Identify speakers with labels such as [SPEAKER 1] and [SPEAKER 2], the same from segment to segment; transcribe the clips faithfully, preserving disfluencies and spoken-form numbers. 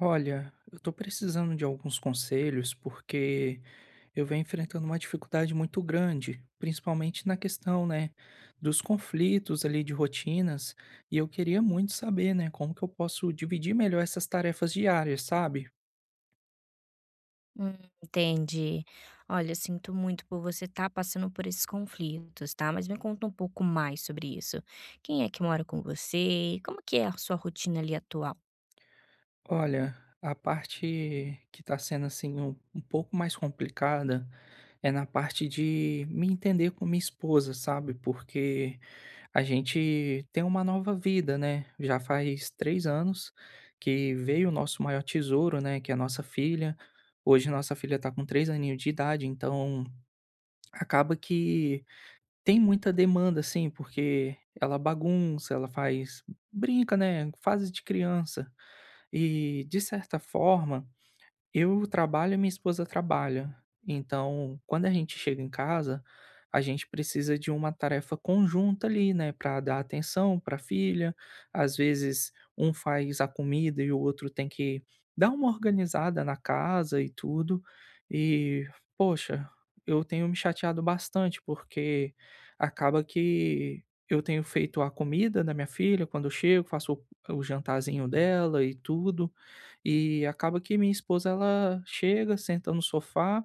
[SPEAKER 1] Olha, eu tô precisando de alguns conselhos porque eu venho enfrentando uma dificuldade muito grande, principalmente na questão, né, dos conflitos ali de rotinas, e eu queria muito saber, né, como que eu posso dividir melhor essas tarefas diárias, sabe?
[SPEAKER 2] Hum. Entendi. Olha, eu sinto muito por você estar passando por esses conflitos, tá? Mas me conta um pouco mais sobre isso. Quem é que mora com você? Como que é a sua rotina ali atual?
[SPEAKER 1] Olha, a parte que está sendo assim um, um pouco mais complicada é na parte de me entender com minha esposa, sabe? Porque a gente tem uma nova vida, né? Já faz três anos que veio o nosso maior tesouro, né? Que é a nossa filha. Hoje nossa filha está com três aninhos de idade, então acaba que tem muita demanda assim porque ela bagunça, ela faz brinca, né, fase de criança. E, de certa forma, eu trabalho e minha esposa trabalha. Então, quando a gente chega em casa, a gente precisa de uma tarefa conjunta ali, né, para dar atenção para a filha. Às vezes, um faz a comida e o outro tem que dar uma organizada na casa e tudo. E, poxa, eu tenho me chateado bastante, porque acaba que eu tenho feito a comida da minha filha quando eu chego, faço o o jantarzinho dela e tudo. E acaba que minha esposa ela chega, senta no sofá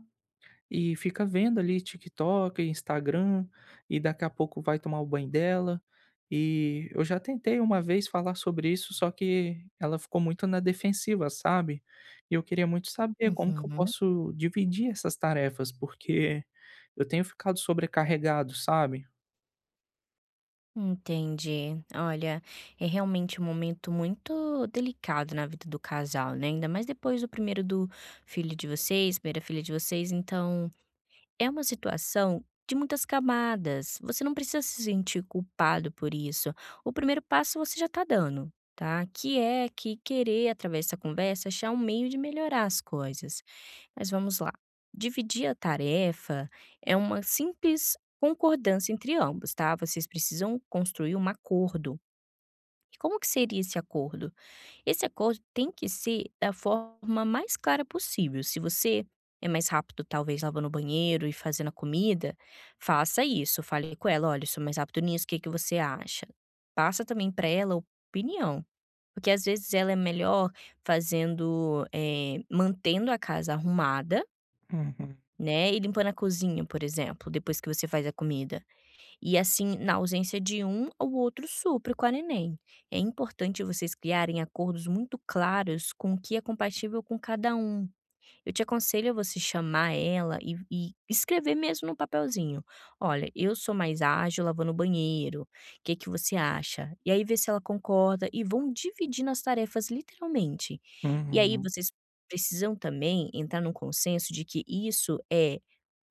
[SPEAKER 1] e fica vendo ali TikTok, Instagram, e daqui a pouco vai tomar o banho dela. E eu já tentei uma vez falar sobre isso, só que ela ficou muito na defensiva, sabe? E eu queria muito saber como que eu
[SPEAKER 2] Uhum.
[SPEAKER 1] posso dividir essas tarefas, porque eu tenho ficado sobrecarregado, sabe?
[SPEAKER 2] Entendi. Olha, é realmente um momento muito delicado na vida do casal, né? Ainda mais depois do primeiro do filho de vocês, primeira filha de vocês, então é uma situação de muitas camadas. Você não precisa se sentir culpado por isso. O primeiro passo você já está dando, tá? Que é que querer, através dessa conversa, achar um meio de melhorar as coisas. Mas vamos lá. Dividir a tarefa é uma simples concordância entre ambos, tá? Vocês precisam construir um acordo. E como que seria esse acordo? Esse acordo tem que ser da forma mais clara possível. Se você é mais rápido, talvez, lavando o banheiro e fazendo a comida, faça isso. Fale com ela: olha, eu sou mais rápido nisso, o que, que você acha? Passa também para ela a opinião. Porque às vezes ela é melhor fazendo, eh, mantendo a casa arrumada,
[SPEAKER 1] Uhum,
[SPEAKER 2] né? E limpando a cozinha, por exemplo, depois que você faz a comida. E assim, na ausência de um, o outro supre com a neném. É importante vocês criarem acordos muito claros com o que é compatível com cada um. Eu te aconselho a você chamar ela e, e escrever mesmo no papelzinho. Olha, eu sou mais ágil lavando o banheiro. O que que você acha? E aí ver se ela concorda e vão dividindo as tarefas literalmente. E aí
[SPEAKER 1] uhum,
[SPEAKER 2] vocês precisam também entrar num consenso de que isso é: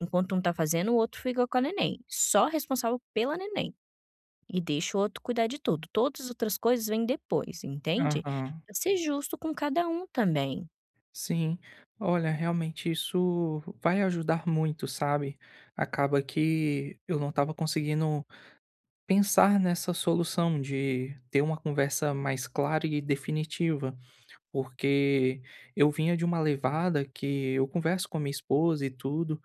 [SPEAKER 2] enquanto um tá fazendo, o outro fica com a neném, só responsável pela neném, e deixa o outro cuidar de tudo. Todas as outras coisas vêm depois, entende?
[SPEAKER 1] aham.
[SPEAKER 2] Pra ser justo com cada um também.
[SPEAKER 1] Sim, olha, realmente isso vai ajudar muito, sabe? Acaba que eu não estava conseguindo pensar nessa solução de ter uma conversa mais clara e definitiva, porque eu vinha de uma levada que eu converso com a minha esposa e tudo,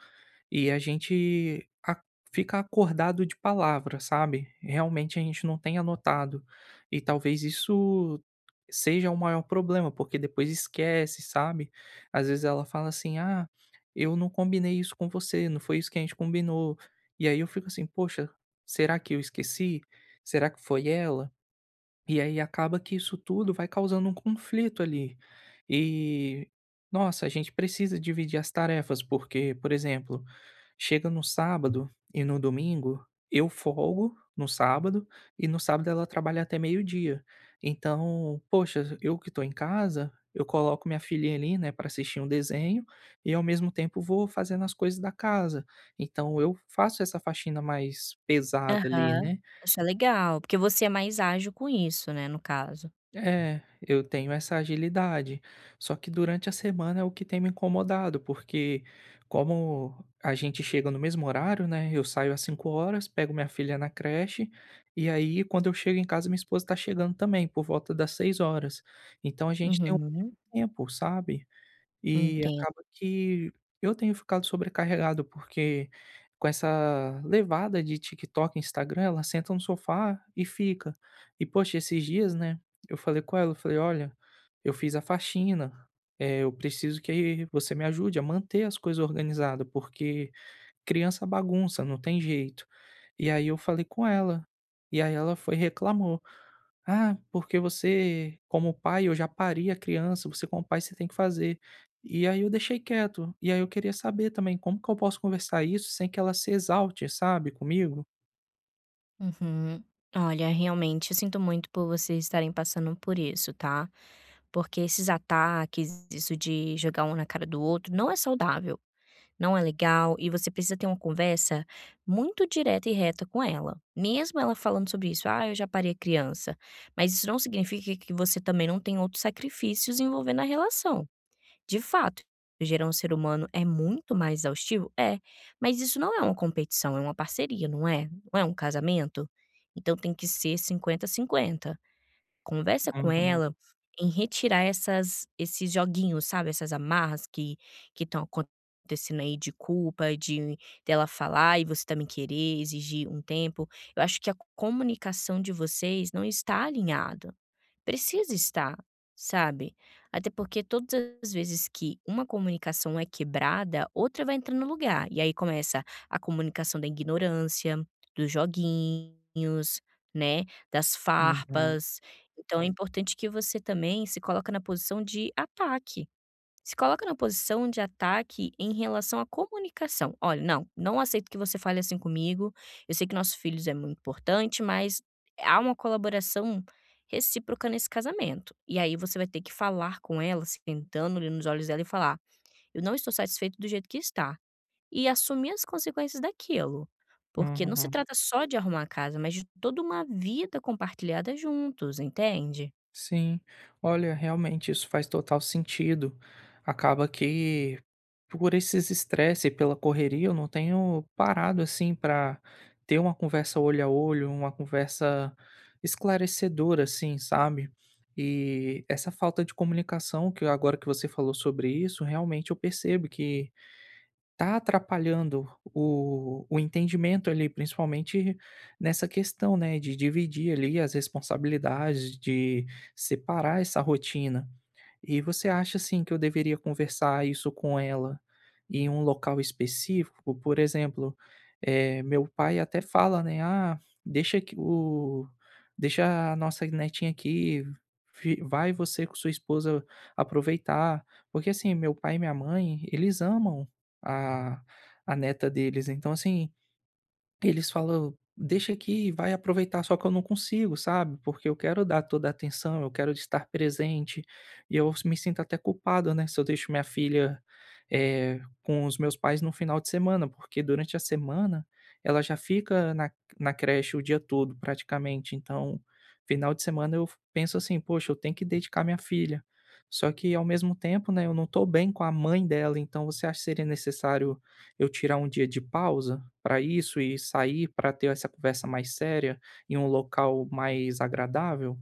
[SPEAKER 1] e a gente a fica acordado de palavra, sabe. Realmente a gente não tem anotado. E talvez isso seja o maior problema, porque depois esquece, sabe. Às vezes ela fala assim: "Ah, eu não combinei isso com você, não foi isso que a gente combinou". E aí eu fico assim: "Poxa, será que eu esqueci? Será que foi ela?" E aí acaba que isso tudo vai causando um conflito ali. E, nossa, a gente precisa dividir as tarefas, porque, por exemplo, chega no sábado e no domingo, eu folgo no sábado e no sábado ela trabalha até meio-dia. Então, poxa, eu que tô em casa, eu coloco minha filhinha ali, né, para assistir um desenho e ao mesmo tempo vou fazendo as coisas da casa. Então eu faço essa faxina mais pesada ali,
[SPEAKER 2] Aham.
[SPEAKER 1] né?
[SPEAKER 2] Isso é legal, porque você é mais ágil com isso, né, no caso.
[SPEAKER 1] É, eu tenho essa agilidade. Só que durante a semana é o que tem me incomodado, porque como a gente chega no mesmo horário, né? Eu saio às cinco horas, pego minha filha na creche, e aí quando eu chego em casa, minha esposa tá chegando também, por volta das seis horas. Então a gente tem um
[SPEAKER 2] Uhum,
[SPEAKER 1] tempo, sabe? E
[SPEAKER 2] entendo.
[SPEAKER 1] acaba que eu tenho ficado sobrecarregado, porque com essa levada de TikTok e Instagram, ela senta no sofá e fica. E poxa, esses dias, né, eu falei com ela, eu falei: "Olha, eu fiz a faxina, eh, eu preciso que você me ajude a manter as coisas organizadas porque" criança bagunça, não tem jeito. E aí eu falei com ela, e aí ela foi e reclamou: "Ah, porque você como pai eu já pari a criança, você como pai você tem que fazer". E aí eu deixei quieto, e aí eu queria saber também como que eu posso conversar isso sem que ela se exalte, sabe, comigo?
[SPEAKER 2] Uhum. Olha, realmente, eu sinto muito por vocês estarem passando por isso, tá? Porque esses ataques, isso de jogar um na cara do outro, não é saudável. Não é legal e você precisa ter uma conversa muito direta e reta com ela. Mesmo ela falando sobre isso, ah, eu já parei a criança. Mas isso não significa que você também não tem outros sacrifícios envolvendo a relação. De fato, gerar um ser humano é muito mais exaustivo? É. Mas isso não é uma competição, é uma parceria, não é? Não é um casamento? Então tem que ser cinquenta cinquenta. Conversa com
[SPEAKER 1] Uhum,
[SPEAKER 2] ela em retirar essas esses joguinhos, sabe, essas amarras que que estão acontecendo aí, de culpa, de dela falar e você também querer exigir um tempo. Eu acho que a comunicação de vocês não está alinhada, precisa estar, sabe. Até porque todas as vezes que uma comunicação é quebrada, outra vai entrar no lugar. E aí começa a comunicação da ignorância, dos joguinhos, né, das
[SPEAKER 1] uhum,
[SPEAKER 2] farpas. Então é importante que você também se coloca na posição de ataque. Se coloca na posição de ataque em relação à comunicação. "Olha, não, não aceito que você fale assim comigo. Eu sei que nossos filhos é muito importante, mas há uma colaboração recíproca nesse casamento". E aí você vai ter que falar com ela, se tentando ali nos olhos dela, e falar: "Eu não estou satisfeito do jeito que está", e assumir as consequências daquilo. Porque não se
[SPEAKER 1] uhum.
[SPEAKER 2] trata só de arrumar a casa, mas de toda uma vida compartilhada juntos, entende?
[SPEAKER 1] Sim, olha, realmente isso faz total sentido. Acaba que por esses estresse e pela correria, eu não tenho parado assim para ter uma conversa olho a olho, uma conversa esclarecedora, assim, sabe? E essa falta de comunicação, que agora que você falou sobre isso, realmente eu percebo que tá atrapalhando o o entendimento ali, principalmente nessa questão, né, de dividir ali as responsabilidades, de separar essa rotina. E você acha, assim, que eu deveria conversar isso com ela em um local específico? Por exemplo, eh, meu pai até fala, né: "Ah, deixa que o deixa a nossa netinha aqui, fi, vai você com sua esposa aproveitar". Porque, assim, meu pai e minha mãe, eles amam a a neta deles. Então, assim, eles falam: "Deixa aqui, vai aproveitar", só que eu não consigo, sabe, porque eu quero dar toda a atenção, eu quero estar presente, e eu me sinto até culpado, né, se eu deixo minha filha, eh, com os meus pais no final de semana, porque durante a semana ela já fica na na creche o dia todo praticamente, então, final de semana eu penso assim: "Poxa, eu tenho que dedicar minha filha", só que ao mesmo tempo, né, eu não estou bem com a mãe dela, então você acha que seria necessário eu tirar um dia de pausa para isso e sair para ter essa conversa mais séria em um local mais agradável?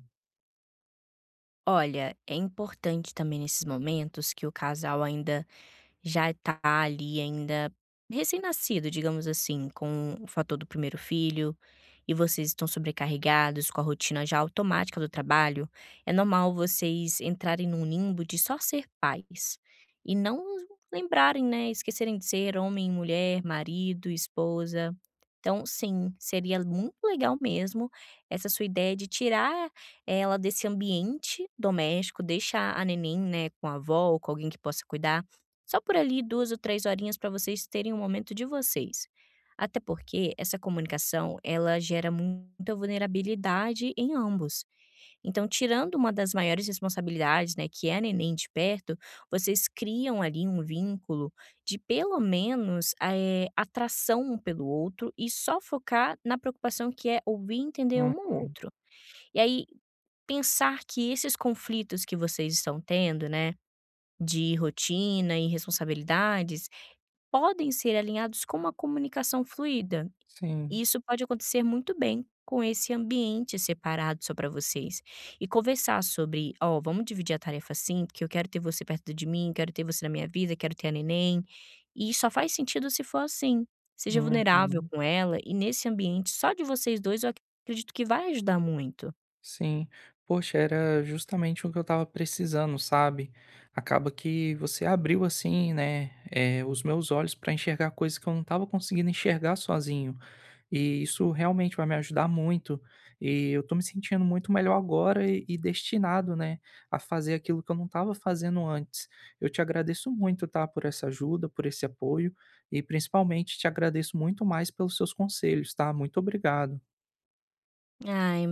[SPEAKER 2] Olha, é importante também nesses momentos que o casal ainda já tá ali ainda recém-nascido, digamos assim, com o fator do primeiro filho, e vocês estão sobrecarregados com a rotina já automática do trabalho, é normal vocês entrarem num limbo de só ser pais e não lembrarem, né, esquecerem de ser homem e mulher, marido, esposa. Então, sim, seria muito legal mesmo essa sua ideia de tirar ela desse ambiente doméstico, deixar a neném, né, com a avó ou com alguém que possa cuidar só por ali duas ou três horinhas, para vocês terem um momento de vocês. Até porque essa comunicação, ela gera muita vulnerabilidade em ambos. Então, tirando uma das maiores responsabilidades, né, que é a neném de perto, vocês criam ali um vínculo de pelo menos, eh, atração um pelo outro, e só focar na preocupação que é ouvir e entender um ao
[SPEAKER 1] Uhum,
[SPEAKER 2] outro. E aí, pensar que esses conflitos que vocês estão tendo, né, de rotina e responsabilidades, podem ser alinhados com uma comunicação fluida. E
[SPEAKER 1] sim,
[SPEAKER 2] isso pode acontecer muito bem com esse ambiente separado só para vocês. E conversar sobre, ó, vamos dividir a tarefa assim, porque eu quero ter você perto de mim, quero ter você na minha vida, quero ter a neném. E só faz sentido se for assim. Seja vulnerável
[SPEAKER 1] uhum,
[SPEAKER 2] com ela, e nesse ambiente só de vocês dois, eu acredito que vai ajudar muito.
[SPEAKER 1] sim. Poxa, era justamente o que eu estava precisando, sabe? Acaba que você abriu assim, né, eh, os meus olhos para enxergar coisas que eu não estava conseguindo enxergar sozinho. E isso realmente vai me ajudar muito. E eu tô me sentindo muito melhor agora e, e destinado, né, a fazer aquilo que eu não estava fazendo antes. Eu te agradeço muito, tá, por essa ajuda, por esse apoio e principalmente te agradeço muito mais pelos seus conselhos, tá? Muito obrigado.
[SPEAKER 2] Ai,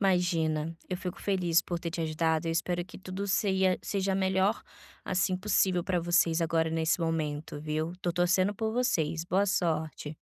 [SPEAKER 2] imagina. Eu fico feliz por ter te ajudado. Eu espero que tudo seia- seja melhor assim possível para vocês agora nesse momento, viu? Tô torcendo por vocês. Boa sorte.